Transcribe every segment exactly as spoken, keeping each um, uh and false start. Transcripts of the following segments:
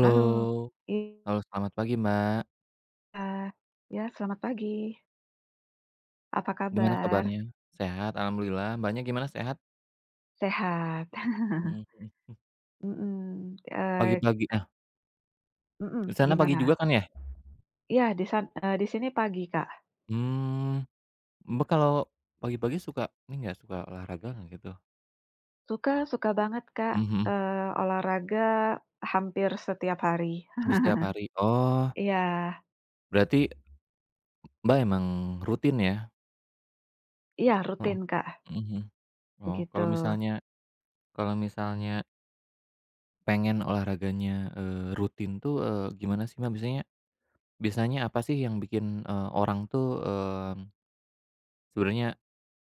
Halo, iya, halo selamat pagi Mbak, ya selamat pagi. Apa gimana kabar? kabarnya? Sehat, alhamdulillah, Mbaknya gimana sehat? Sehat. Mhm mhm. Mhm. Eee, pagi-pagi nah, mhm, di sana pagi Gimana? juga kan ya? Ya, di san eee, di sini pagi, Kak. Mmm, Mbak kalau pagi-pagi suka ini nggak, suka olahraga nggak gitu? Suka suka banget, Kak, Mhm mhm. eee, olahraga hampir setiap hari. Hampir setiap hari, oh, Iya berarti Mbak emang rutin ya? iya, Heeh. rutin, Kak, Mhm mhm. Oh, begitu. kalau misalnya kalau misalnya pengen olahraganya, eee, rutin tuh, eee, gimana sih Mbak biasanya? Biasanya apa sih yang bikin, eee, orang tuh, mmm, sebenarnya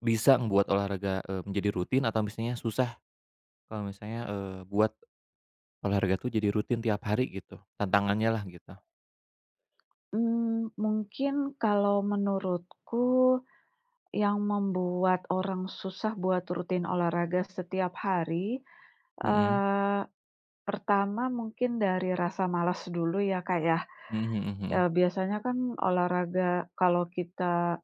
bisa membuat olahraga, eee, menjadi rutin atau misalnya susah kalau misalnya, eee, buat olahraga tuh jadi rutin tiap hari gitu, tantangannya lah gitu. Hmm, mungkin kalau menurutku yang membuat orang susah buat rutin olahraga setiap hari, Mhm. eh, pertama mungkin dari rasa malas dulu ya, Kak, ya. Mhm mhm eee, Biasanya kan olahraga kalau kita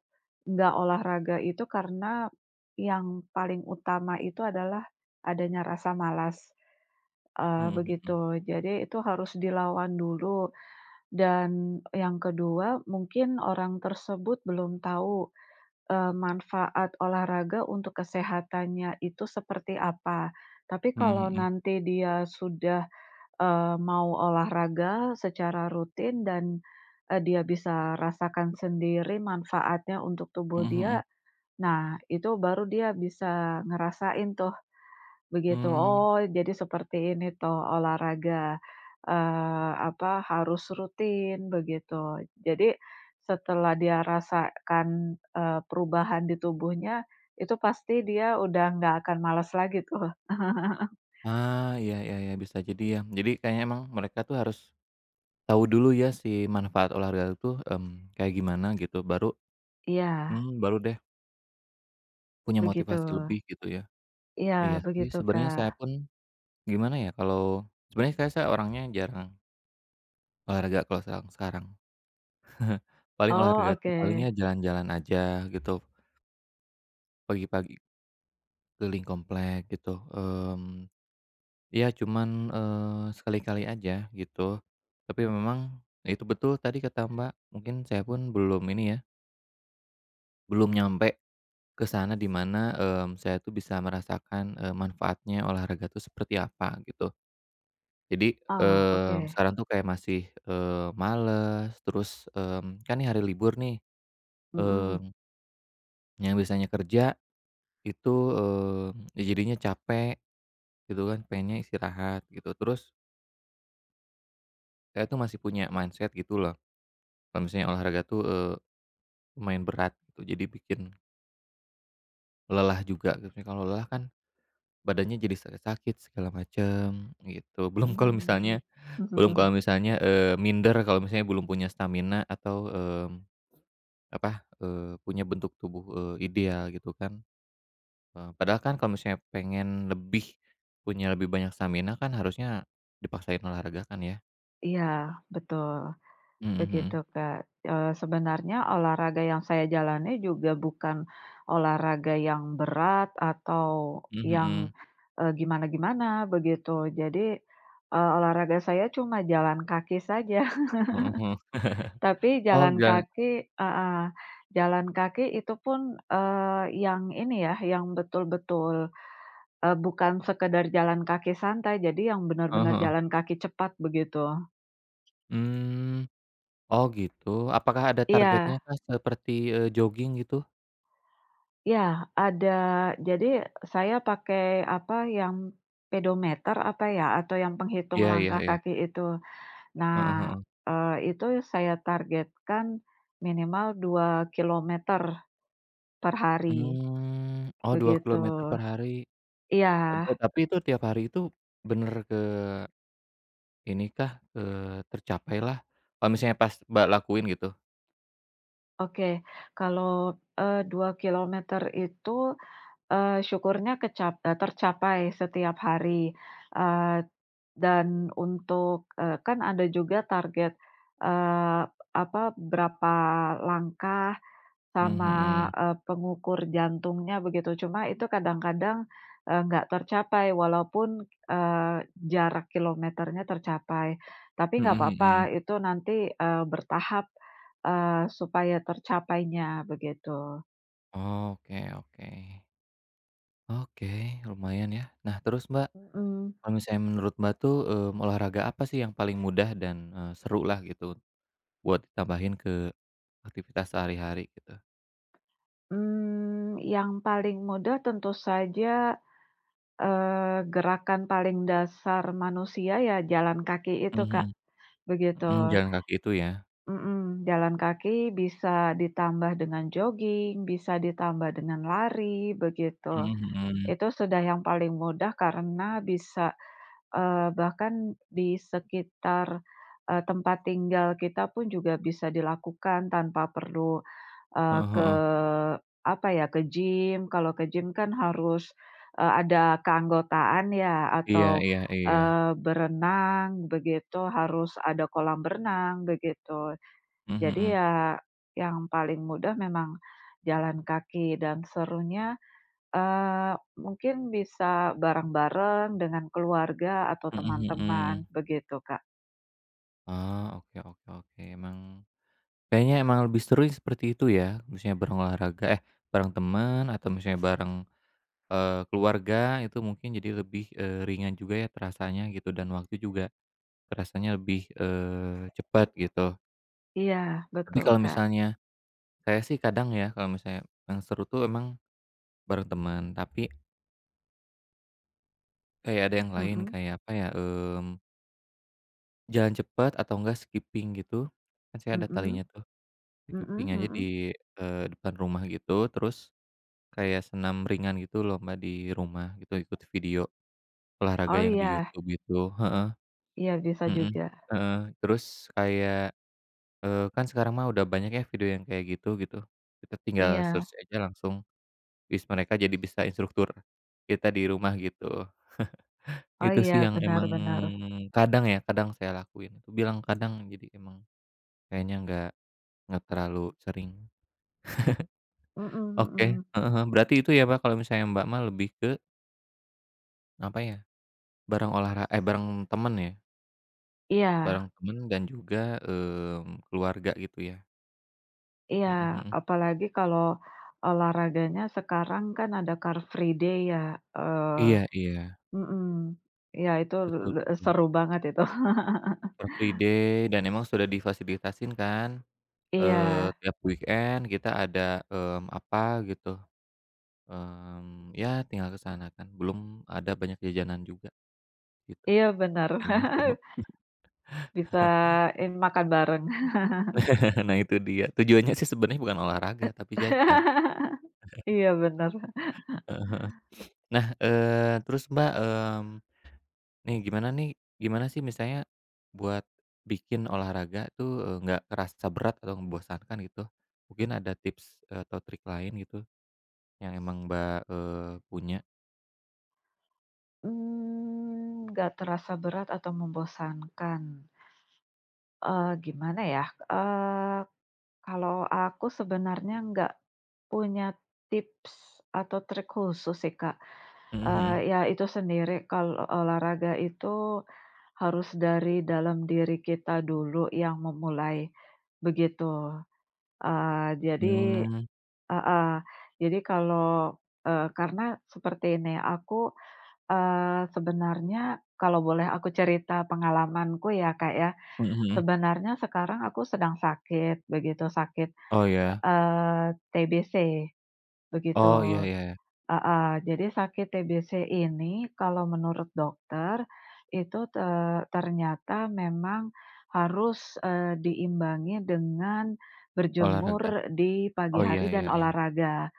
nggak olahraga itu karena yang paling utama itu adalah adanya rasa malas, eee, mhm. Mhm begitu. mhm. Jadi itu harus dilawan dulu, dan yang kedua mungkin orang tersebut belum tahu, eee, manfaat olahraga untuk kesehatannya itu seperti apa. Tapi Mhm kalau mhm. nanti dia sudah eee, mau olahraga secara rutin, dan eee, dia bisa rasakan sendiri manfaatnya untuk tubuh Mhm dia, mhm. nah itu baru dia bisa ngerasain tuh begitu, mmm, "Oh, jadi seperti ini tuh olahraga, eee, apa, harus rutin," begitu. Jadi setelah dia rasakan, eee, perubahan di tubuhnya, itu pasti dia udah nggak akan malas lagi tuh. ah, iya iya iya, bisa jadi ya. Jadi kayaknya emang mereka tuh harus tahu dulu ya si manfaat olahraga itu, mmm, kayak gimana gitu, baru Iya, mmm, baru deh punya begitu. motivasi lebih gitu ya. Iya, Iya sih, begitu, sebenarnya saya Kak. pun gimana ya, kalau sebenarnya kayak saya orangnya jarang olahraga kalau sekarang sekarang. Paling Oh, olahraga tuh oke. palingnya jalan-jalan aja gitu, pagi-pagi keliling komplek gitu, mmm, ya cuman, eee, sekali-kali aja gitu. Tapi memang itu betul tadi kata Mbak, mungkin saya pun belum ini ya, belum nyampe ke sana di mana, mmm, saya tuh bisa merasakan, eee, manfaatnya olahraga tuh seperti apa gitu. Jadi, Oh, eee, oke. sekarang tuh kayak masih, eee, males terus, mmm, kan ini hari libur nih, Mhm. mmm, yang biasanya kerja itu, eee, ya jadinya capek gitu kan, pengennya istirahat gitu. Terus saya tuh masih punya mindset gitu loh, kalau misalnya olahraga tuh, eee, lumayan berat gitu, jadi bikin lelah juga gitu. Misalnya kalau lelah kan badannya jadi sakit-sakit segala macem gitu. Belum kalau Mmm. misalnya belum kalau misalnya, eee, minder kalau misalnya belum punya stamina atau, mmm, apa, eee, punya bentuk tubuh, eee, ideal gitu kan. Eee, padahal kan kalau misalnya pengen lebih, punya lebih banyak stamina kan harusnya dipaksain olahraga kan ya. Iya, betul, Mhm begitu, mhm Kak. Eee, sebenarnya olahraga yang saya jalani juga bukan olahraga yang berat atau yang, mhm eee, gimana-gimana, begitu. Jadi, eee, olahraga saya cuma jalan kaki saja. mhm mhm. Tapi Oh, jalan ja kaki, heeh, jalan kaki itu pun, eee, yang ini ya, yang betul-betul Eee, bukan sekedar jalan kaki santai, jadi yang heeh benar-benar heeh, jalan kaki cepat begitu. mmm, oh gitu, apakah ada targetnya Iya Kak seperti, eee, jogging gitu? iya, ada, jadi saya pakai apa, yang pedometer apa ya, atau yang penghitung Iya iya langkah iya, kaki itu. heeh Nah, heeh, eee, itu saya targetkan minimal dua kilometer per hari, mmm, oh dua begitu. kilometer per hari, Iya, eee, tapi itu tiap hari itu bener ke ini kah, eee, tercapailah? Kalau misalnya pas Mbak lakuin gitu? oke. Kalau, eee, dua kilometer itu Eee, syukurnya kecap eee, tercapai setiap hari, eee, dan untuk, eee, kan ada juga target, eee, apa, berapa langkah, Mmm, sama, Mhm. eee, pengukur jantungnya begitu. Cuma itu kadang-kadang, eee, nggak tercapai walaupun, eee, jarak kilometernya tercapai. Tapi nggak Mhm mhm. apa-apa, itu nanti, eee, bertahap, eee, supaya tercapainya begitu. Oke oke, oke lumayan ya. Nah terus Mbak Mhm. kalau misalnya menurut Mbak tuh, mmm, olahraga apa sih yang paling mudah dan, eee, seru lah gitu buat ditambahin ke aktivitas sehari-hari gitu? Mmm, yang paling mudah tentu saja, eee, gerakan paling dasar manusia ya jalan kaki itu, Kak, Mhm mhm. begitu. Mhm. Jalan kaki itu ya? Mhm, jalan kaki bisa ditambah dengan jogging, bisa ditambah dengan lari, begitu. Mhm mhm. Itu sudah yang paling mudah karena bisa, eee, bahkan di sekitar, eee, tempat tinggal kita pun juga bisa dilakukan tanpa perlu Eee, heeh ke heeh. apa ya, ke gym. Kalau ke gym kan harus, eee, ada keanggotaan ya, Iya atau, iya iya. eee, berenang begitu, harus ada kolam berenang begitu. Mhm Jadi mhm. ya yang paling mudah memang jalan kaki, dan serunya, eee, mungkin bisa bareng-bareng dengan keluarga atau Mhm teman-teman mhm. begitu, Kak. Oh, oke oke oke, emang kayaknya emang lebih seru seperti itu ya, misalnya bareng olahraga eh, bareng teman atau misalnya bareng, eee, keluarga itu mungkin jadi lebih, eee, ringan juga ya terasanya gitu dan waktu juga terasanya lebih, eee, cepat gitu. Iya, Tapi betul, kalau Kak. misalnya saya sih kadang ya, kalau misalnya yang seru tuh emang bareng teman, tapi kayak ada yang lain, Mhm, kayak apa ya, mmm, jalan cepat atau enggak skipping gitu, kan saya ada mhm, talinya tuh, skipping mhm aja mhm. di, eee, depan rumah gitu, terus kayak senam ringan gitu, lomba di rumah gitu, ikut video olahraga Oh yang di iya, YouTube gitu heeh. iya bisa Mhm. juga. Heeh. Terus kayak, eee, kan sekarang mah udah banyak ya video yang kayak gitu gitu, kita tinggal Iya, search aja langsung. Wis mereka jadi bisa instruktur kita di rumah gitu. oh Itu iya, sih yang benar emang benar. kadang ya, kadang saya lakuin. Aku bilang kadang jadi emang kayaknya nggak nggak terlalu sering. Mhm Oke, mhm. heeh heeh. Berarti itu ya, Mbak, kalau misalnya Mbak mah lebih ke apa ya, bareng olahraga eh, bareng temen ya, Iya bareng temen dan juga, mmm, keluarga gitu ya. iya, Mhm mhm. apalagi kalau olahraganya sekarang kan ada Car Free Day ya, eee Iya iya, mhm. Iya, itu betul le betul. seru banget itu. Car Free Day dan emang sudah difasilitasin kan, eee, Iya tiap weekend kita ada, mmm, apa gitu. Mmm, ya tinggal ke sana kan, belum ada banyak jajanan juga gitu, iya, benar. kayaknya seru. Bisa ini makan bareng. Nah itu dia, tujuannya sih sebenarnya bukan olahraga tapi jajan, Iya, benar. heeh. Nah, eee, terus Mbak, mmm, nih gimana nih, gimana sih misalnya buat bikin olahraga tuh, eee, nggak kerasa berat atau membosankan gitu? Mungkin ada tips atau trik lain gitu yang emang Mbak, eee, punya? Mmm, nggak terasa berat atau membosankan, eee, gimana ya, eee kalau aku sebenarnya nggak punya tips atau trik khusus sih, Kak. Mhm Eee, mhm. Ya itu sendiri kalau olahraga itu harus dari dalam diri kita dulu yang memulai, begitu. Eee, jadi Mmm, heeh, jadi kalau, eee, karena seperti ini, aku, eee, sebenarnya kalau boleh aku cerita pengalamanku ya, Kak, ya. mhm mhm. Sebenarnya sekarang aku sedang sakit begitu, sakit Oh ya, Eee, T B C begitu, oh iya iya, iya. heeh. Jadi sakit T B C ini kalau menurut dokter itu te ternyata memang harus, eee, diimbangi dengan Olahraga, berjemur di pagi oh iya hari iya dan iya, olahraga,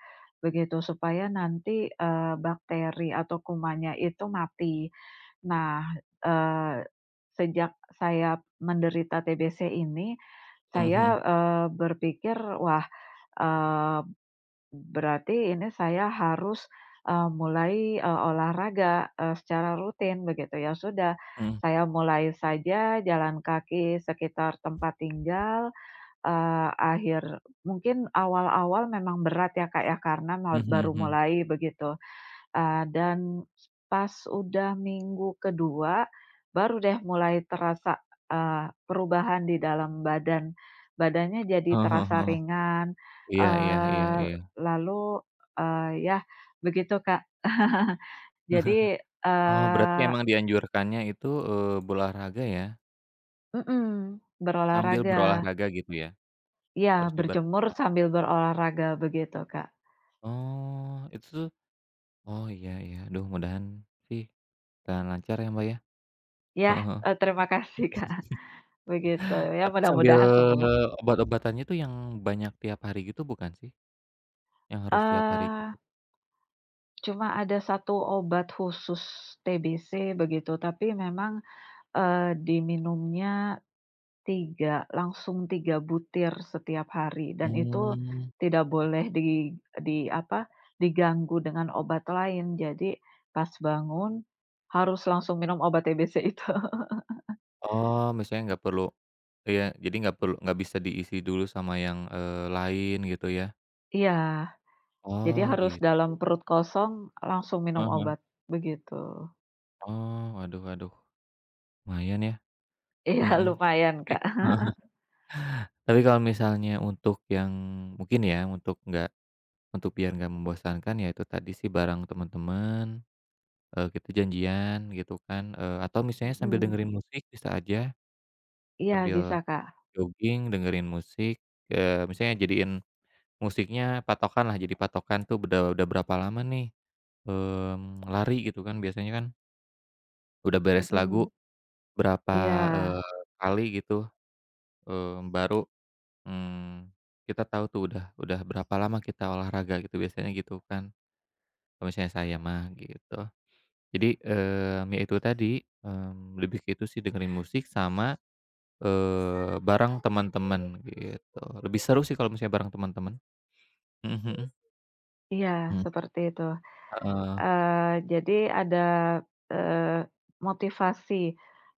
begitu. Supaya nanti, eee, bakteri atau kumannya itu mati. Nah, eee, sejak saya menderita T B C ini, mhm saya, mhm. eee, berpikir, "Wah, eee" berarti ini saya harus, eee, mulai, eee, olahraga, eee, secara rutin begitu ya. Sudah, Mhm, saya mulai saja jalan kaki sekitar tempat tinggal, eee, akhir mungkin awal-awal memang berat ya, Kak, ya, karena mau mhm baru mhm. mulai begitu. Eee, dan pas udah minggu kedua baru deh mulai terasa, eee, perubahan di dalam badan. Badannya jadi Heeh heeh terasa heeh. ringan, Iya iya iya eee, iya. lalu, eee, ya begitu, Kak. Jadi, Oh, berarti eee emang dianjurkannya itu, eee, berolahraga ya, mhm, sambil berolahraga. berolahraga gitu ya? Ya Harus dibarengi berjemur olahraga sambil ya? berolahraga, begitu, Kak. Oh, itu tuh oh iya iya. Aduh mudahan sih berjalan lancar ya, Mbak, ya. Ya, Heeh heeh. eee, terima kasih, Kak, begitu, ya Tapi sambil mudah-mudahan sembuh. obat-obatannya tuh yang banyak tiap hari gitu bukan sih? Yang harus tiap hari Eee gitu? Cuma ada satu obat khusus T B C begitu, tapi memang, eee, diminumnya tiga, langsung tiga butir setiap hari, dan itu Mmm. tidak boleh di di apa, diganggu dengan obat lain. Jadi pas bangun harus langsung minum obat T B C itu. Oh, misalnya nggak perlu ya jadi nggak perlu nggak bisa diisi dulu sama yang, eee, lain gitu ya? Iya, jadi Oh harus gitu. dalam perut kosong langsung minum Heeh. obat, begitu. Oh, waduh waduh, lumayan ya, Iya, mhm. lumayan, Tapi Kak. ka Heeh. Tapi kalau misalnya untuk yang mungkin ya, untuk nggak untuk biar nggak membosankan ya itu tadi sih bareng teman-teman, eee, kita janjian gitu kan, eee, atau misalnya sambil Mhm, dengerin musik bisa aja, iya bisa sambil Kak, jogging dengerin musik, eee, misalnya jadiin musiknya patokanlah, jadi patokan tuh udah udah berapa lama nih, mmm, lari gitu kan biasanya kan udah beres mhm, lagu berapa, iya. eee, kali gitu, mmm, baru, mmm, kita tahu tuh udah udah berapa lama kita olahraga gitu, biasanya gitu kan, kalau misalnya saya mah gitu. Jadi, mmm, ya itu tadi, mmm, lebih ke itu sih dengerin musik sama, eee, bareng teman-teman gitu. Lebih seru sih kalau misalnya bareng teman-teman. Mhm mhm. Iya, Mmm, seperti itu. heeh. Eee, jadi ada, eee, motivasi,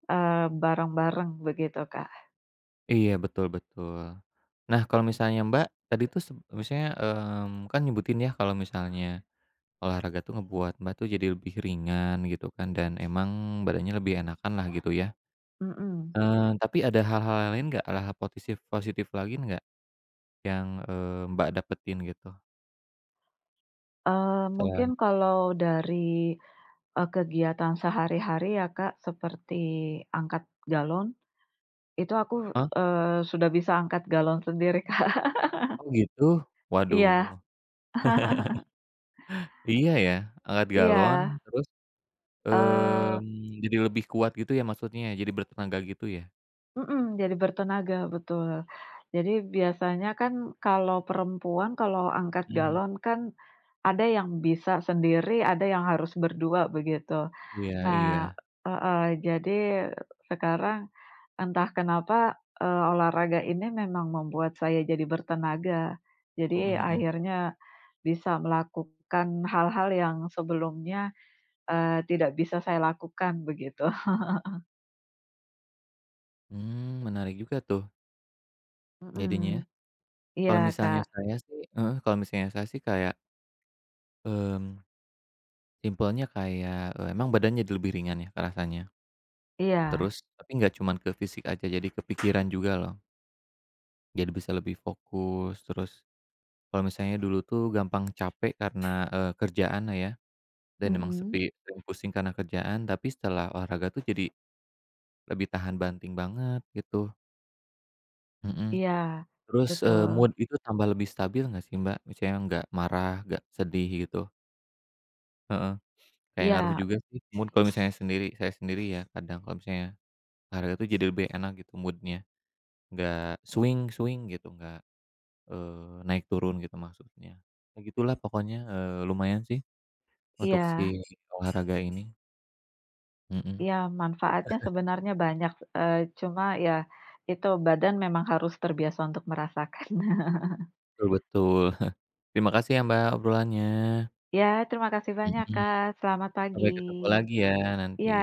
eee, bareng-bareng begitu, Kak. Iya, betul betul. Nah, kalau misalnya Mbak, tadi tuh seb misalnya, mmm, kan nyebutin ya kalau misalnya olahraga tuh ngebuat Mbak tuh jadi lebih ringan gitu kan dan emang badannya lebih enakan lah gitu ya. Mhm. Eee, tapi ada hal-hal lain nggak, hal-hal positif positif lagi nggak yang, eee, Mbak dapetin gitu? Eee, Setelah Mungkin kalau dari, eee, kegiatan sehari-hari ya, Kak, seperti angkat galon, itu aku, heeh? eee, sudah bisa angkat galon sendiri, Kak. Oh gitu? Iya Waduh, iya ya, angkat galon iya, terus, eee mmm, jadi lebih kuat gitu ya maksudnya, jadi bertenaga gitu ya? mhm, jadi bertenaga, betul. Jadi biasanya kan kalau perempuan kalau angkat Mhm, galon kan ada yang bisa sendiri, ada yang harus berdua begitu. iya iya, Nah heeh, jadi sekarang entah kenapa, eee, olahraga ini memang membuat saya jadi bertenaga. Jadi mhm mhm. akhirnya bisa melakukan hal-hal yang sebelumnya, eee, tidak bisa saya lakukan begitu. Mmm, menarik juga tuh jadinya ya. Mhm, Kalau iya misalnya Kak, saya sih heeh, kalau misalnya saya sih kayak, mmm simpelnya kayak, eee, emang badannya jadi lebih ringan ya rasanya. iya, Terus tapi nggak cuman ke fisik aja, jadi ke pikiran juga loh. Jadi bisa lebih fokus, terus kalau misalnya dulu tuh gampang capek karena, eee, kerjaan lah ya, dan emang sepi mhm, sering pusing karena kerjaan, tapi setelah olahraga tuh jadi lebih tahan banting banget gitu, mhm. iya, Terus, eee, betul, mood itu tambah lebih stabil nggak sih, Mbak? Misalnya nggak marah, nggak sedih gitu, heeh. Kayak ngaruh iya juga sih mood kalau misalnya sendiri saya sendiri ya kadang kalau misalnya harga tuh jadi lebih enak gitu mood-nya, nggak swing-swing gitu, nggak, eee, naik turun gitu maksudnya. Ya gitulah pokoknya, eee, lumayan sih untuk si iya. olahraga ini, mhm, Ya, manfaatnya sebenarnya banyak, eee, cuma ya itu, badan memang harus terbiasa untuk merasakan. betul betul. Terima kasih ya Mbak obrolannya, Ya, terima kasih banyak, mhm, Kak. Selamat pagi. sampai ketemu lagi ya nanti. Iya.